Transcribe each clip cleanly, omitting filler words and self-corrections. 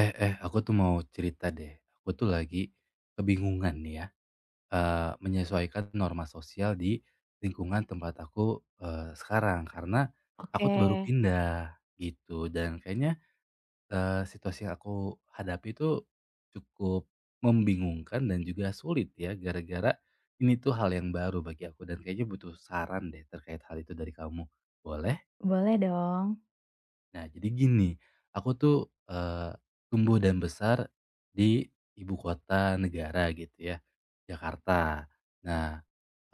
Aku tuh mau cerita deh. Aku tuh lagi kebingungan nih ya, menyesuaikan norma sosial di lingkungan tempat aku sekarang. Karena aku Oke. tuh baru pindah gitu dan kayaknya situasi yang aku hadapi itu cukup membingungkan dan juga sulit ya, gara-gara ini tuh hal yang baru bagi aku dan kayaknya butuh saran deh terkait hal itu dari kamu. Boleh? Boleh dong. Nah, jadi gini, aku tuh, eee, tumbuh dan besar di ibu kota negara gitu ya, Jakarta. Nah,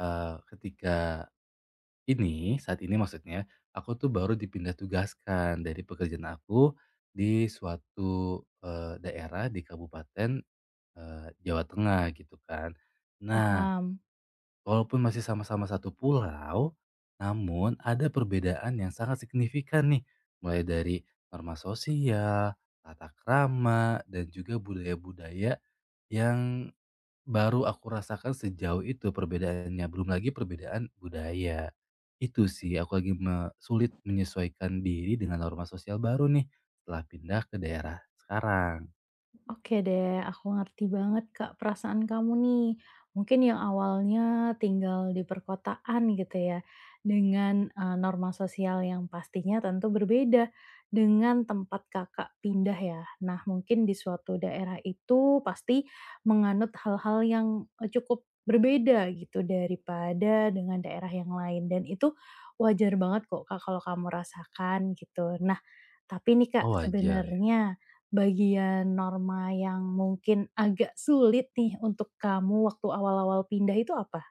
eee, ketika saat ini maksudnya, aku tuh baru dipindah tugaskan dari pekerjaan aku di suatu daerah di kabupaten Jawa Tengah gitu kan. Nah, Paham. walaupun masih sama-sama satu pulau, namun ada perbedaan yang sangat signifikan nih, mulai dari norma sosial, tata krama, dan juga budaya-budaya yang baru aku rasakan sejauh itu perbedaannya, belum lagi perbedaan budaya. Itu sih aku lagi sulit menyesuaikan diri dengan norma sosial baru nih, setelah pindah ke daerah sekarang. Oke deh, aku ngerti banget Kak perasaan kamu nih. Mungkin yang awalnya tinggal di perkotaan gitu ya, dengan norma sosial yang pastinya tentu berbeda dengan tempat Kakak pindah ya. Nah, mungkin di suatu daerah itu pasti menganut hal-hal yang cukup berbeda gitu daripada dengan daerah yang lain dan itu wajar banget kok Kak kalau kamu rasakan gitu. Tapi nih Kak, Oh wajar ya. sebenarnya bagian norma yang mungkin agak sulit nih untuk kamu waktu awal-awal pindah itu apa?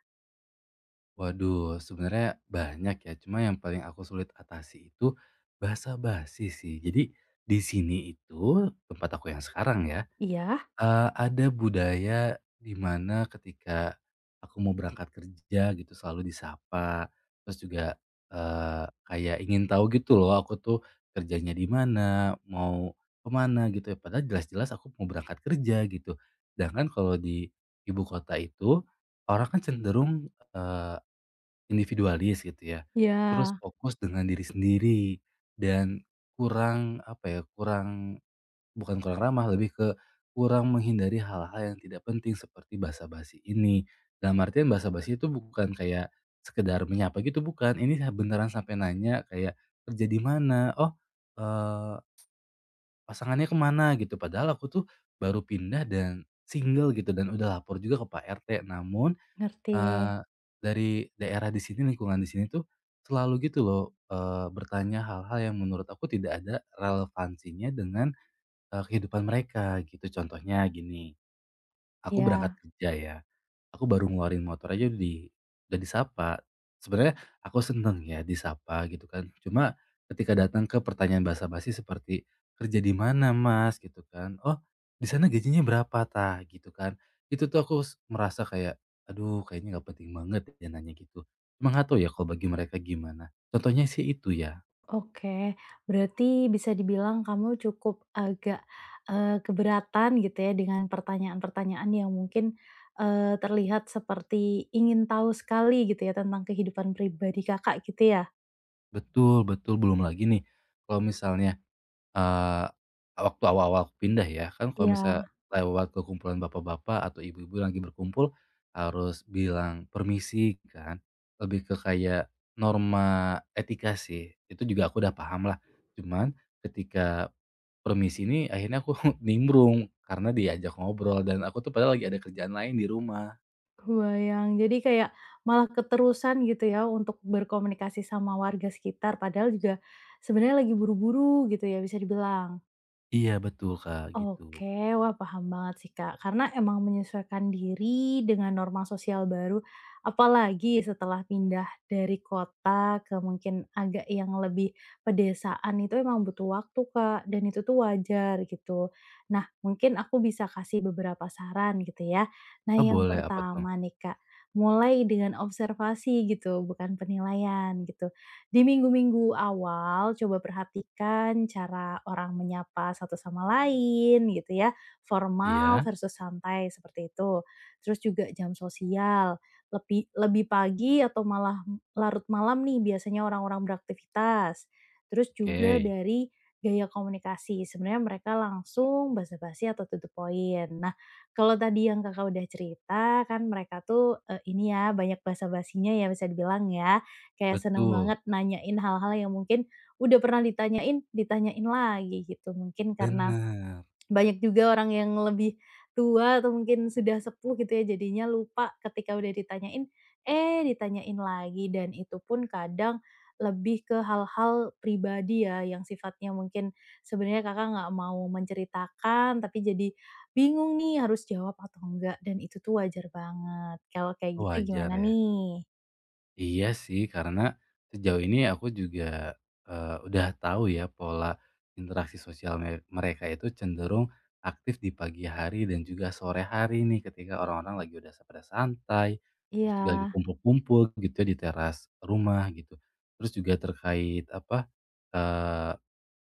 Waduh, sebenarnya banyak ya, cuma yang paling aku sulit atasi itu bahasa basi sih. Jadi di sini itu tempat aku yang sekarang ya, Iya? Ada budaya di mana ketika aku mau berangkat kerja gitu selalu disapa, terus juga, kayak ingin tahu gitu loh aku tuh kerjanya di mana, mau kemana gitu ya, padahal jelas-jelas aku mau berangkat kerja gitu. Sedangkan kalau di ibu kota itu, orang kan cenderung, eh, individualis gitu ya, Iya, terus fokus dengan diri sendiri dan kurang apa ya, kurang bukan kurang ramah, lebih ke kurang menghindari hal-hal yang tidak penting seperti basa-basi ini. Dalam artian basa-basi itu bukan kayak sekedar menyapa gitu bukan, ini beneran sampai nanya kayak, "Kerja di mana? Oh, eee, pasangannya kemana?" Gitu, padahal aku tuh baru pindah dan single gitu dan udah lapor juga ke Pak RT, namun ngerti. Eee, dari daerah di sini, lingkungan di sini tuh selalu gitu loh, bertanya hal-hal yang menurut aku tidak ada relevansinya dengan kehidupan mereka gitu. Contohnya gini, aku berangkat Iya, kerja ya. Aku baru ngeluarin motor aja udah disapa. Sebenarnya aku seneng ya disapa gitu kan, cuma ketika datang ke pertanyaan basa-basi seperti, "Kerja di mana Mas?" Gitu kan, "Oh di sana gajinya berapa ta?" Gitu kan. Itu tuh aku merasa kayak, aduh kayaknya nggak penting banget ya nanya gitu. Cuma nggak tahu ya kalau bagi mereka gimana. Contohnya sih itu ya. oke. Berarti bisa dibilang kamu cukup agak, keberatan gitu ya dengan pertanyaan-pertanyaan yang mungkin terlihat seperti ingin tahu sekali gitu ya tentang kehidupan pribadi Kakak gitu ya? Betul betul, belum lagi nih kalau misalnya Eee, waktu awal-awal aku pindah ya, kan kalau misalnya Iya. lewat ke kumpulan bapak-bapak atau ibu-ibu lagi berkumpul, harus bilang permisi kan, lebih ke kayak norma etika sih, itu juga aku udah paham lah. Cuman ketika permisi ini akhirnya aku nimbrung, karena diajak ngobrol dan aku tuh padahal lagi ada kerjaan lain di rumah. Kebayang. Jadi kayak malah keterusan gitu ya untuk berkomunikasi sama warga sekitar, padahal juga sebenarnya lagi buru-buru gitu ya bisa dibilang? Iya betul Kak, gitu. Oke, wah paham banget sih Kak, karena emang menyesuaikan diri dengan norma sosial baru, apalagi setelah pindah dari kota ke mungkin agak yang lebih pedesaan itu emang butuh waktu Kak, dan itu tuh wajar gitu. Nah, mungkin aku bisa kasih beberapa saran gitu ya. Nah, Oh yang boleh, apa tuh? pertama nih Kak, mulai dengan observasi gitu, bukan penilaian gitu. Di minggu-minggu awal coba perhatikan cara orang menyapa satu sama lain gitu ya, formal Iya? versus santai seperti itu. Terus juga jam sosial, lebih lebih pagi atau malah larut malam nih biasanya orang-orang beraktivitas. Terus juga Oke. dari gaya komunikasi, sebenarnya mereka langsung basa-basi atau tutup poin. Nah, kalau tadi yang Kakak udah cerita kan mereka tuh, ini ya banyak basa-basinya ya bisa dibilang ya. Kayak seneng Betul. banget nanyain hal-hal yang mungkin udah pernah ditanyain, ditanyain lagi gitu. Mungkin karena Bener. banyak juga orang yang lebih tua atau mungkin sudah sepuh gitu ya, jadinya lupa ketika udah ditanyain, eh ditanyain lagi dan itu pun kadang lebih ke hal-hal pribadi ya yang sifatnya mungkin sebenarnya Kakak nggak mau menceritakan, tapi jadi bingung nih harus jawab atau enggak dan itu tuh wajar banget. Kalau kayak gitu Wajar gimana ya. nih? Iya sih, karena sejauh ini aku juga udah tahu ya pola interaksi sosial mereka itu cenderung aktif di pagi hari dan juga sore hari nih ketika orang-orang lagi udah pada santai, terus Iya, juga lagi kumpul-kumpul gitu ya di teras rumah gitu. Terus juga terkait apa, eee,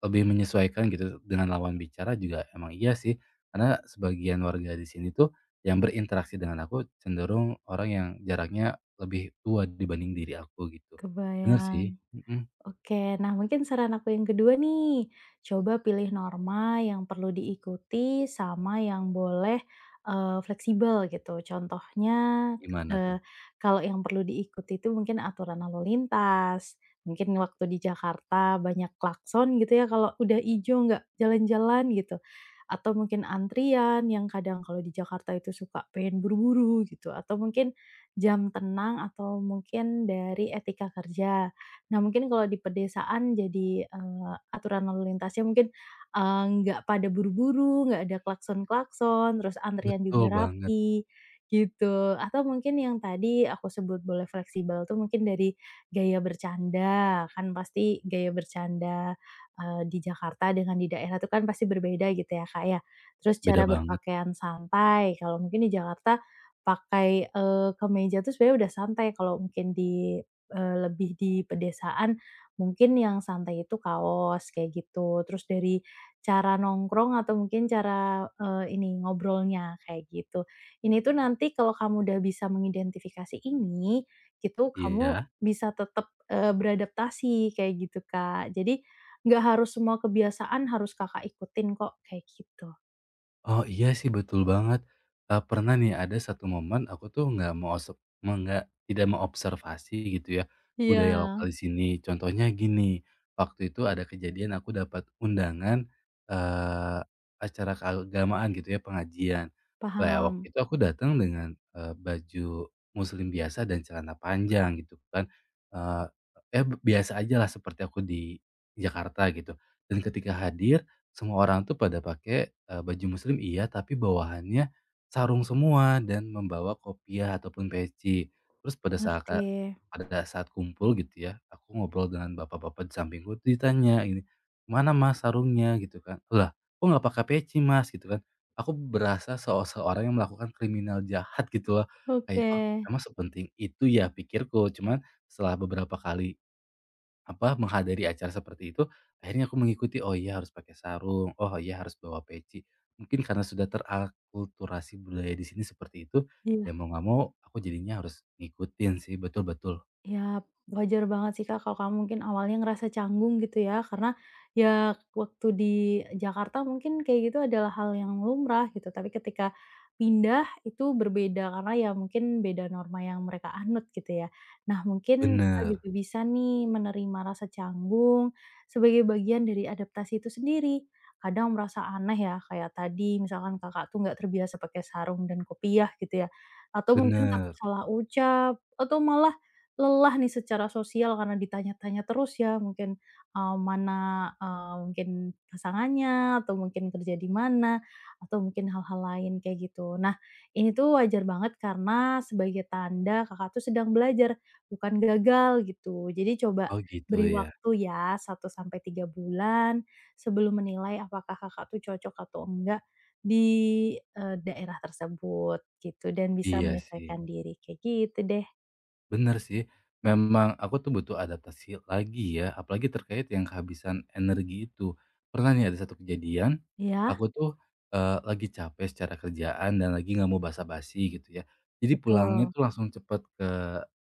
lebih menyesuaikan gitu dengan lawan bicara juga emang iya sih, karena sebagian warga di sini tuh yang berinteraksi dengan aku cenderung orang yang jaraknya lebih tua dibanding diri aku gitu. Bener sih, kebayang. mhm. Oke, nah mungkin saran aku yang kedua nih, coba pilih norma yang perlu diikuti sama yang boleh fleksibel gitu. Contohnya, Gimana tuh? eee, kalau yang perlu diikuti itu mungkin aturan lalu lintas, mungkin waktu di Jakarta banyak klakson gitu ya kalau udah ijo nggak jalan-jalan gitu, atau mungkin antrian yang kadang kalau di Jakarta itu suka pengen buru-buru gitu, atau mungkin jam tenang atau mungkin dari etika kerja. Nah, mungkin kalau di pedesaan jadi, aturan lalu lintasnya mungkin nggak pada buru-buru, nggak ada klakson-klakson, terus antrian Betul juga banget, rapi, gitu. Atau mungkin yang tadi aku sebut boleh fleksibel tuh mungkin dari gaya bercanda, kan pasti gaya bercanda di Jakarta dengan di daerah itu kan pasti berbeda gitu ya, Kak, ya. Terus cara beda banget, berpakaian santai, kalau mungkin di Jakarta pakai kemeja tuh sebenarnya udah santai, kalau mungkin di lebih di pedesaan mungkin yang santai itu kaos kayak gitu, terus dari cara nongkrong atau mungkin cara, ini ngobrolnya kayak gitu. Ini tuh nanti kalau kamu udah bisa mengidentifikasi ini, gitu kamu iya. bisa tetap, beradaptasi kayak gitu, Kak. Jadi nggak harus semua kebiasaan harus Kakak ikutin kok, kayak gitu. Oh, iya sih, betul banget. Pernah nih ada satu momen aku tuh nggak mau osep me nggak tidak mengobservasi gitu ya, Iya. budaya lokal di sini. Contohnya gini, waktu itu ada kejadian aku dapat undangan, eee, acara keagamaan gitu ya, pengajian. Lah, ya waktu Paham, itu aku datang dengan baju muslim biasa dan celana panjang gitu kan, eh ya biasa aja lah seperti aku di Jakarta gitu. Dan ketika hadir semua orang tuh pada pakai, baju muslim iya, tapi bawahannya sarung semua dan membawa kopiah ataupun peci. Terus pada saat ngerti. pada saat kumpul gitu ya, aku ngobrol dengan bapak-bapak di sampingku ditanya ini, "Mana Mas sarungnya?" Gitu kan. "Lah kok nggak pakai peci Mas?" Gitu kan. Aku berasa seorang yang melakukan kriminal jahat gitu loh. Kayak, Oke. "Oh emang sepenting itu ya?" Pikirku. Cuman setelah beberapa kali apa, menghadiri acara seperti itu, akhirnya aku mengikuti, "Oh iya harus pakai sarung, oh iya harus bawa peci." Mungkin karena sudah terakulturasi budaya di sini seperti itu, Iya. ya mau nggak mau aku jadinya harus ngikutin sih, betul betul. Ya, wajar banget sih Kak, kalau kamu mungkin awalnya ngerasa canggung gitu ya, karena ya waktu di Jakarta mungkin kayak gitu adalah hal yang lumrah gitu, tapi ketika pindah itu berbeda karena ya mungkin beda norma yang mereka anut gitu ya. Nah, mungkin Kakak Bener juga bisa nih menerima rasa canggung sebagai bagian dari adaptasi itu sendiri. Kadang merasa aneh ya, kayak tadi misalkan Kakak tuh nggak terbiasa pakai sarung dan kopiah gitu ya, atau mungkin takut bener. salah ucap, atau malah lelah nih secara sosial karena ditanya-tanya terus ya mungkin mana mungkin pasangannya atau mungkin kerja di mana, atau mungkin hal-hal lain kayak gitu. Nah, ini tuh wajar banget karena sebagai tanda Kakak tuh sedang belajar, bukan gagal gitu. Jadi coba Oh gitu beri ya? waktu ya satu sampai tiga bulan sebelum menilai apakah Kakak tuh cocok atau enggak di daerah tersebut gitu dan bisa Iya menyesuaikan sih. diri, kayak gitu deh. Bener sih, memang aku tuh butuh adaptasi lagi ya, apalagi terkait yang kehabisan energi itu. Pernah nih ada satu kejadian, Ya. aku tuh lagi capek secara kerjaan dan lagi nggak mau basa-basi gitu ya. Jadi pulangnya Betul, tuh langsung cepet ke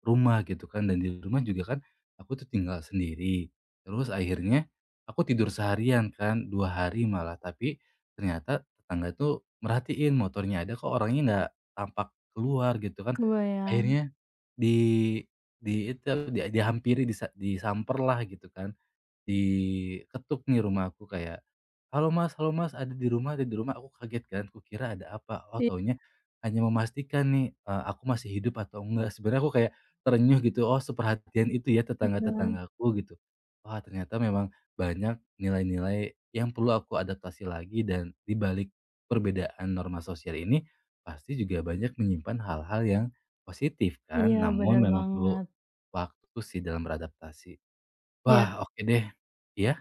rumah gitu kan, dan di rumah juga kan aku tuh tinggal sendiri. Terus akhirnya aku tidur seharian kan, 2 hari malah, tapi ternyata tetangga tuh merhatiin motornya ada kok orangnya nggak tampak keluar gitu kan. kebayang. Akhirnya di di itu, dia dihampiri, disamperlah gitu kan. Diketuk nih rumah aku kayak, "Halo Mas, halo Mas, ada di rumah, ada di rumah." Aku kaget kan, kukira ada apa, oh I taunya hanya memastikan nih, aku masih hidup atau enggak. Sebenarnya aku kayak terenyuh gitu, oh seperhatian itu ya iya tetangga-tetanggaku gitu. Wah ternyata memang banyak nilai-nilai yang perlu aku adaptasi lagi dan di balik perbedaan norma sosial ini, pasti juga banyak menyimpan hal-hal yang positif kan, iya, namun benar memang perlu banget. waktu sih dalam beradaptasi. Wah Iya oke deh, iya?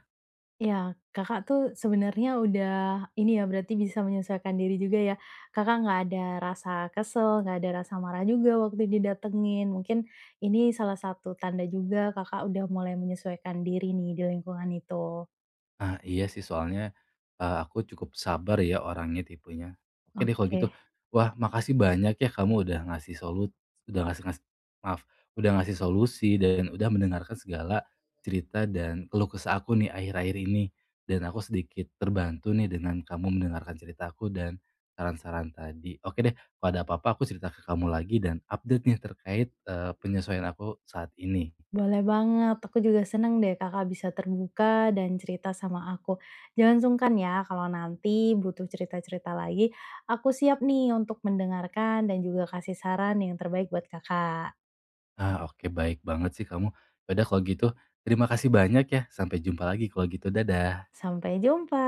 iya, Kakak tuh sebenarnya udah ini ya, berarti bisa menyesuaikan diri juga ya. Kakak nggak ada rasa kesel, nggak ada rasa marah juga waktu didatengin. Mungkin ini salah satu tanda juga Kakak udah mulai menyesuaikan diri nih di lingkungan itu. Ah, iya sih soalnya, aku cukup sabar ya orangnya tipenya. Oke deh kalau Oke. gitu. Wah makasih banyak ya kamu udah ngasih solu udah ngasih ngas maaf, udah ngasih solusi dan udah mendengarkan segala cerita dan keluh kesah aku nih akhir-akhir ini. Dan aku sedikit terbantu nih dengan kamu mendengarkan ceritaku dan saran-saran tadi. Oke deh kalau ada apa-apa aku cerita ke kamu lagi dan update nih terkait penyesuaian aku saat ini. Boleh banget, aku juga seneng deh Kakak bisa terbuka dan cerita sama aku. Jangan sungkan ya kalau nanti butuh cerita-cerita lagi, aku siap nih untuk mendengarkan dan juga kasih saran yang terbaik buat Kakak. Ah, oke baik banget sih kamu. Ya udah kalau gitu terima kasih banyak ya, sampai jumpa lagi kalau gitu, dadah. Sampai jumpa.